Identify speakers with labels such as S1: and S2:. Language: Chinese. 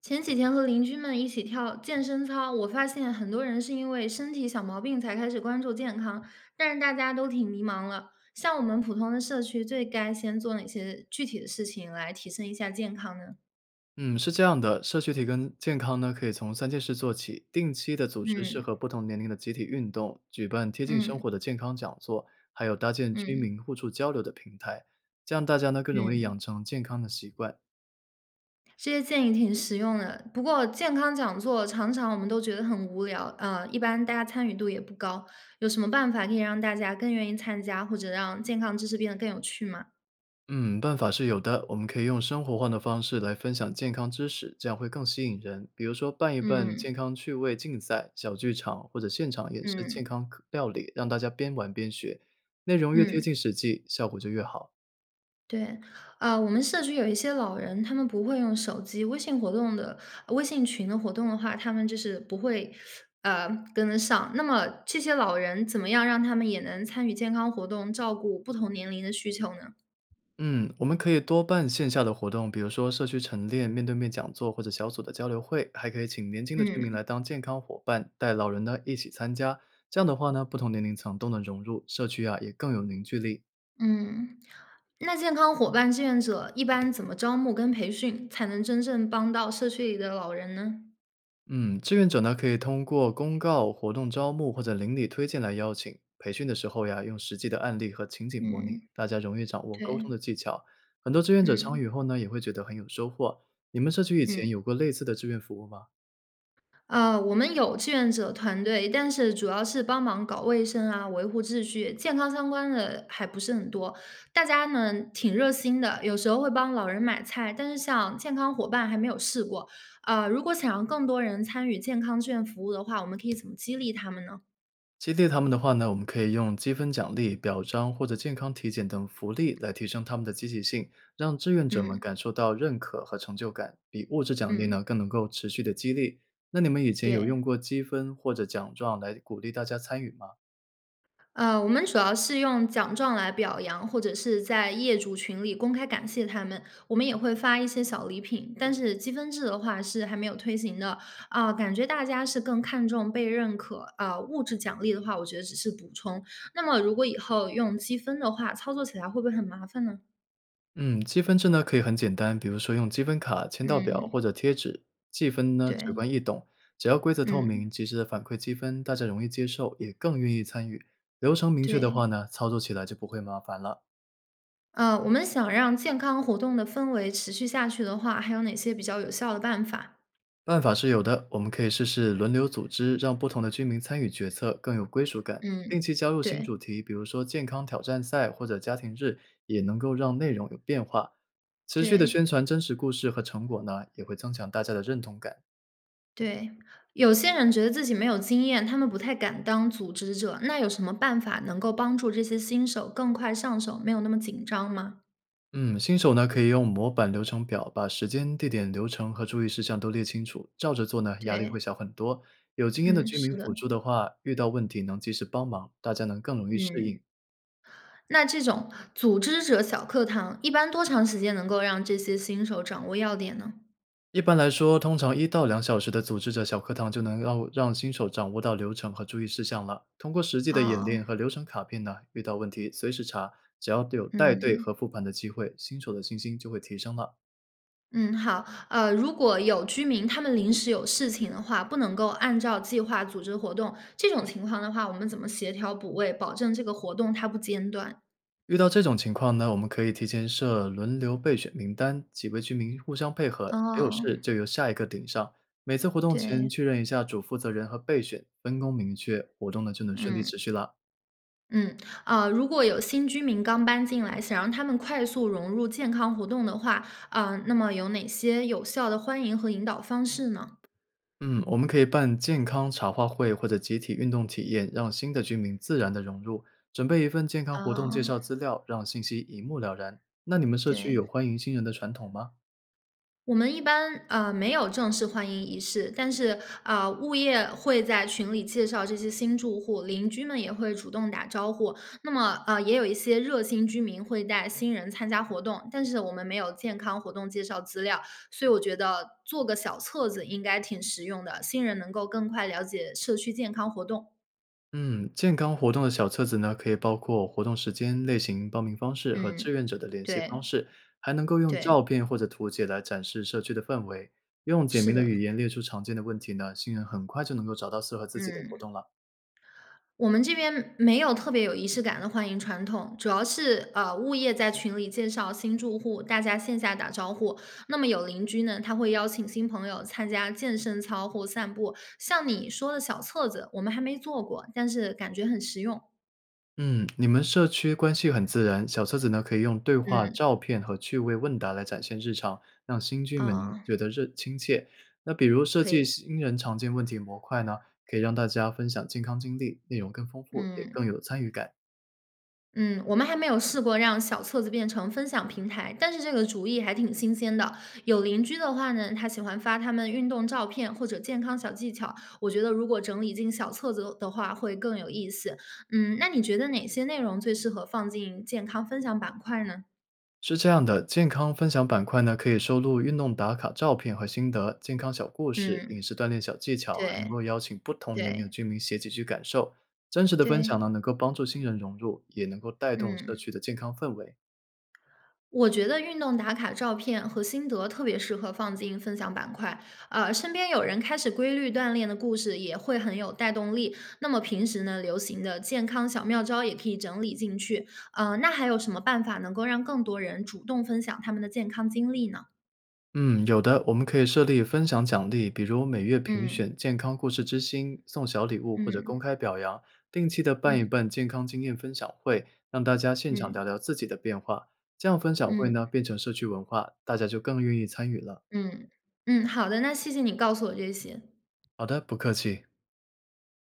S1: 前几天和邻居们一起跳健身操，我发现很多人是因为身体小毛病才开始关注健康，但是大家都挺迷茫了。像我们普通的社区，最该先做哪些具体的事情来提升一下健康呢？
S2: 嗯，是这样的，社区体跟健康呢，可以从3件事做起：定期的组织适
S1: 嗯
S2: 合不同年龄的集体运动，举办贴近生
S1: 嗯
S2: 活的健康讲座，还有搭建居
S1: 嗯
S2: 民互助交流的平台，这样大家呢更容易养
S1: 嗯，
S2: 成健康的习惯。
S1: 这些建议挺实用的。不过健康讲座常常我们都觉得很无聊，一般大家参与度也不高。有什么办法可以让大家更愿意参加，或者让健康知识变得更有趣吗？
S2: 嗯，办法是有的，我们可以用生活化的方式来分享健康知识，这样会更吸引人。比如说办一办健
S1: 嗯
S2: 康趣味竞赛、小剧场或者现场演示健
S1: 嗯
S2: 康课料理，让大家边玩边学，内容越贴近
S1: 嗯。
S2: 实际，效果就越好。
S1: 对，啊，我们社区有一些老人，他们不会用手机，微信群的活动的话，他们就是不会，呃，跟得上。那么这些老人怎么样让他们也能参与健康活动，照顾不同年龄的需求呢？
S2: 嗯，我们可以多办线下的活动，比如说社区晨练、面对面讲座或者小组的交流会，还可以请年轻的居民来
S1: 嗯
S2: 当健康伙伴，带老人呢一起参加。这样的话呢，不同年龄层都能融入社区啊，也更有凝聚力。
S1: 嗯，那健康伙伴志愿者一般怎么招募跟培训，才能真正帮到社区里的老人呢？
S2: 嗯，志愿者呢可以通过公告、活动招募或者邻里推荐来邀请。培训的时候呀，用实际的案例和情景模拟，
S1: 嗯，
S2: 大家容易掌握沟通
S1: 对，
S2: 的技巧。很多志愿者参
S1: 嗯
S2: 与后呢，也会觉得很有收获。你们社区以前
S1: 嗯。
S2: 有过类似的志愿服务吗？
S1: 我们有志愿者团队，但是主要是帮忙搞卫生啊，维护秩序，健康相关的还不是很多。大家呢挺热心的，有时候会帮老人买菜，但是像健康伙伴还没有试过。如果想让更多人参与健康志愿服务的话，我们可以怎么激励他们呢？
S2: 激励他们的话呢，我们可以用积分奖励、表彰或者健康体检等福利来提升他们的积极性，让志愿者们
S1: 嗯
S2: 感受到认可和成就感，比物质奖励
S1: 嗯，
S2: 呢更能够持续的激励。那你们以前有
S1: 对。
S2: 用过积分或者奖状来鼓励大家参与吗？
S1: 我们主要是用奖状来表扬，或者是在业主群里公开感谢他们。我们也会发一些小礼品，但是积分制的话是还没有推行的。啊、感觉大家是更看重被认可啊、物质奖励的话，我觉得只是补充。那么如果以后用积分的话，操作起来会不会很麻烦呢？
S2: 嗯，积分制呢可以很简单，比如说用积分卡、签到表或
S1: 嗯，
S2: 者贴纸。积分呢直
S1: 对，
S2: 观易懂，只要规则透
S1: 嗯，
S2: 明，及时的反馈积分，大家容易接受，也更愿意参与。流程明确的话
S1: 对。
S2: 呢，操作起来就不会麻烦了。
S1: 我们想让健康活动的氛围持续下去的话，还有哪些比较有效的办法？
S2: 办法是有的，我们可以试试轮流组织，让不同的居民参与决策，更有归属感。定
S1: 嗯，
S2: 期加入新
S1: 对，
S2: 主题，比如说健康挑战赛或者家庭日，也能够让内容有变化。持续的
S1: 对。
S2: 宣传真实故事和成果呢，也会增强大家的认同感。
S1: 对，有些人觉得自己没有经验，他们不太敢当组织者，那有什么办法能够帮助这些新手更快上手，没有那么紧张吗？
S2: 嗯，新手呢可以用模板流程表把时间、地点、流程和注意事项都列清楚，照着做呢，压力会
S1: 对，
S2: 小很多。有经验的
S1: 嗯，
S2: 居民
S1: 是的，
S2: 辅助的话，遇到问题能及时帮忙，大家能更容易适
S1: 嗯，
S2: 应。
S1: 那这种组织者小课堂一般多长时间能够让这些新手掌握要点呢？
S2: 一般来说，通常1到2小时的组织者小课堂就能让新手掌握到流程和注意事项了。通过实际的演
S1: 哦，
S2: 练和流程卡片呢，遇到问题随时查，只要有带队和
S1: 嗯
S2: 复盘的机会，新手的信心就会提升了。
S1: 嗯，好，如果有居民他们临时有事情的话，不能够按照计划组织活动，这种情况的话，我们怎么协调补位，保证这个活动它不间断？
S2: 遇到这种情况呢，我们可以提前设轮流备选名单，几位居民互相配合，谁有
S1: 哦。
S2: 事就由下一个顶上。每次活动前
S1: 对，
S2: 确认一下主负责人和备选，分工明确，活动呢就能顺利
S1: 嗯，
S2: 持续了。
S1: 嗯，啊，如果有新居民刚搬进来，想让他们快速融入健康活动的话，啊，那么有哪些有效的欢迎和引导方式呢？
S2: 嗯，我们可以办健康茶话会或者集体运动体验，让新的居民自然的融入。准备一份健康活动介
S1: 啊，
S2: 绍资料，让信息一目了然。那你们社区有
S1: 对。
S2: 欢迎新人的传统吗？
S1: 我们一般，没有正式欢迎仪式，但是，啊，物业会在群里介绍这些新住户，邻居们也会主动打招呼。那么，也有一些热心居民会带新人参加活动，但是我们没有健康活动介绍资料，所以我觉得做个小册子应该挺实用的，新人能够更快了解社区健康活动。
S2: 嗯，健康活动的小册子呢，可以包括活动时间、类型、报名方式和志
S1: 嗯，
S2: 愿者的联系
S1: 对
S2: 方式，还能够用
S1: 对，
S2: 照片或者图解来展示社区的氛围。用简
S1: 是
S2: 明的
S1: 的，
S2: 语言列出常见的问题呢，新人很快就能够找到适合自己的活
S1: 嗯。
S2: 动了。
S1: 我们这边没有特别有仪式感的欢迎传统，主要是物业在群里介绍新住户，大家线下打招呼。那么有邻居呢，他会邀请新朋友参加健身操或散步。像你说的小册子，我们还没做过，但是感觉很实用。
S2: 嗯，你们社区关系很自然，小册子呢可以用对话、
S1: 嗯，
S2: 照片和趣味问答来展现日常，让新居们
S1: 啊，
S2: 觉得热亲切。那比如设
S1: 可
S2: 计
S1: 以，
S2: 新人常见问题模块呢，可以让大家分享健康经历，内容更丰富，也
S1: 嗯。
S2: 更有参与感。
S1: 嗯，我们还没有试过让小册子变成分享平台，但是这个主意还挺新鲜的。有邻居的话呢，他喜欢发他们运动照片或者健康小技巧，我觉得如果整理进小册子的话，会更有意思。嗯，那你觉得哪些内容最适合放进健康分享板块呢？
S2: 是这样的，健康分享板块呢可以收录运动打卡照片和心得、健康小故事、饮
S1: 嗯，
S2: 食锻炼小技巧，还能
S1: 对
S2: 够邀请不同年龄的
S1: 对
S2: 居民写几句感受。真实的分享
S1: 对，
S2: 呢，能够帮助新人融入，也能够带动社
S1: 嗯。
S2: 区的健康氛围。
S1: 我觉得运动打卡照片和心得特别适合放进分享板块，身边有人开始规律锻炼的故事也会很有带动力。那么平时呢，流行的健康小妙招也可以整理进去。那还有什么办法能够让更多人主动分享他们的健康经历呢？
S2: 嗯，有的，我们可以设立分享奖励，比如每月评
S1: 嗯
S2: 选健康故事之星，送小礼物或者公
S1: 嗯
S2: 开表扬，定期的办一
S1: 嗯
S2: 办健康经验分享会，让大家现场聊
S1: 嗯
S2: 聊自己的变化。这样分享会呢，
S1: 嗯
S2: 变成社区文化，大家就更愿意参与了。
S1: 嗯嗯，好的，那谢谢你告诉我这些。
S2: 好的，不客气。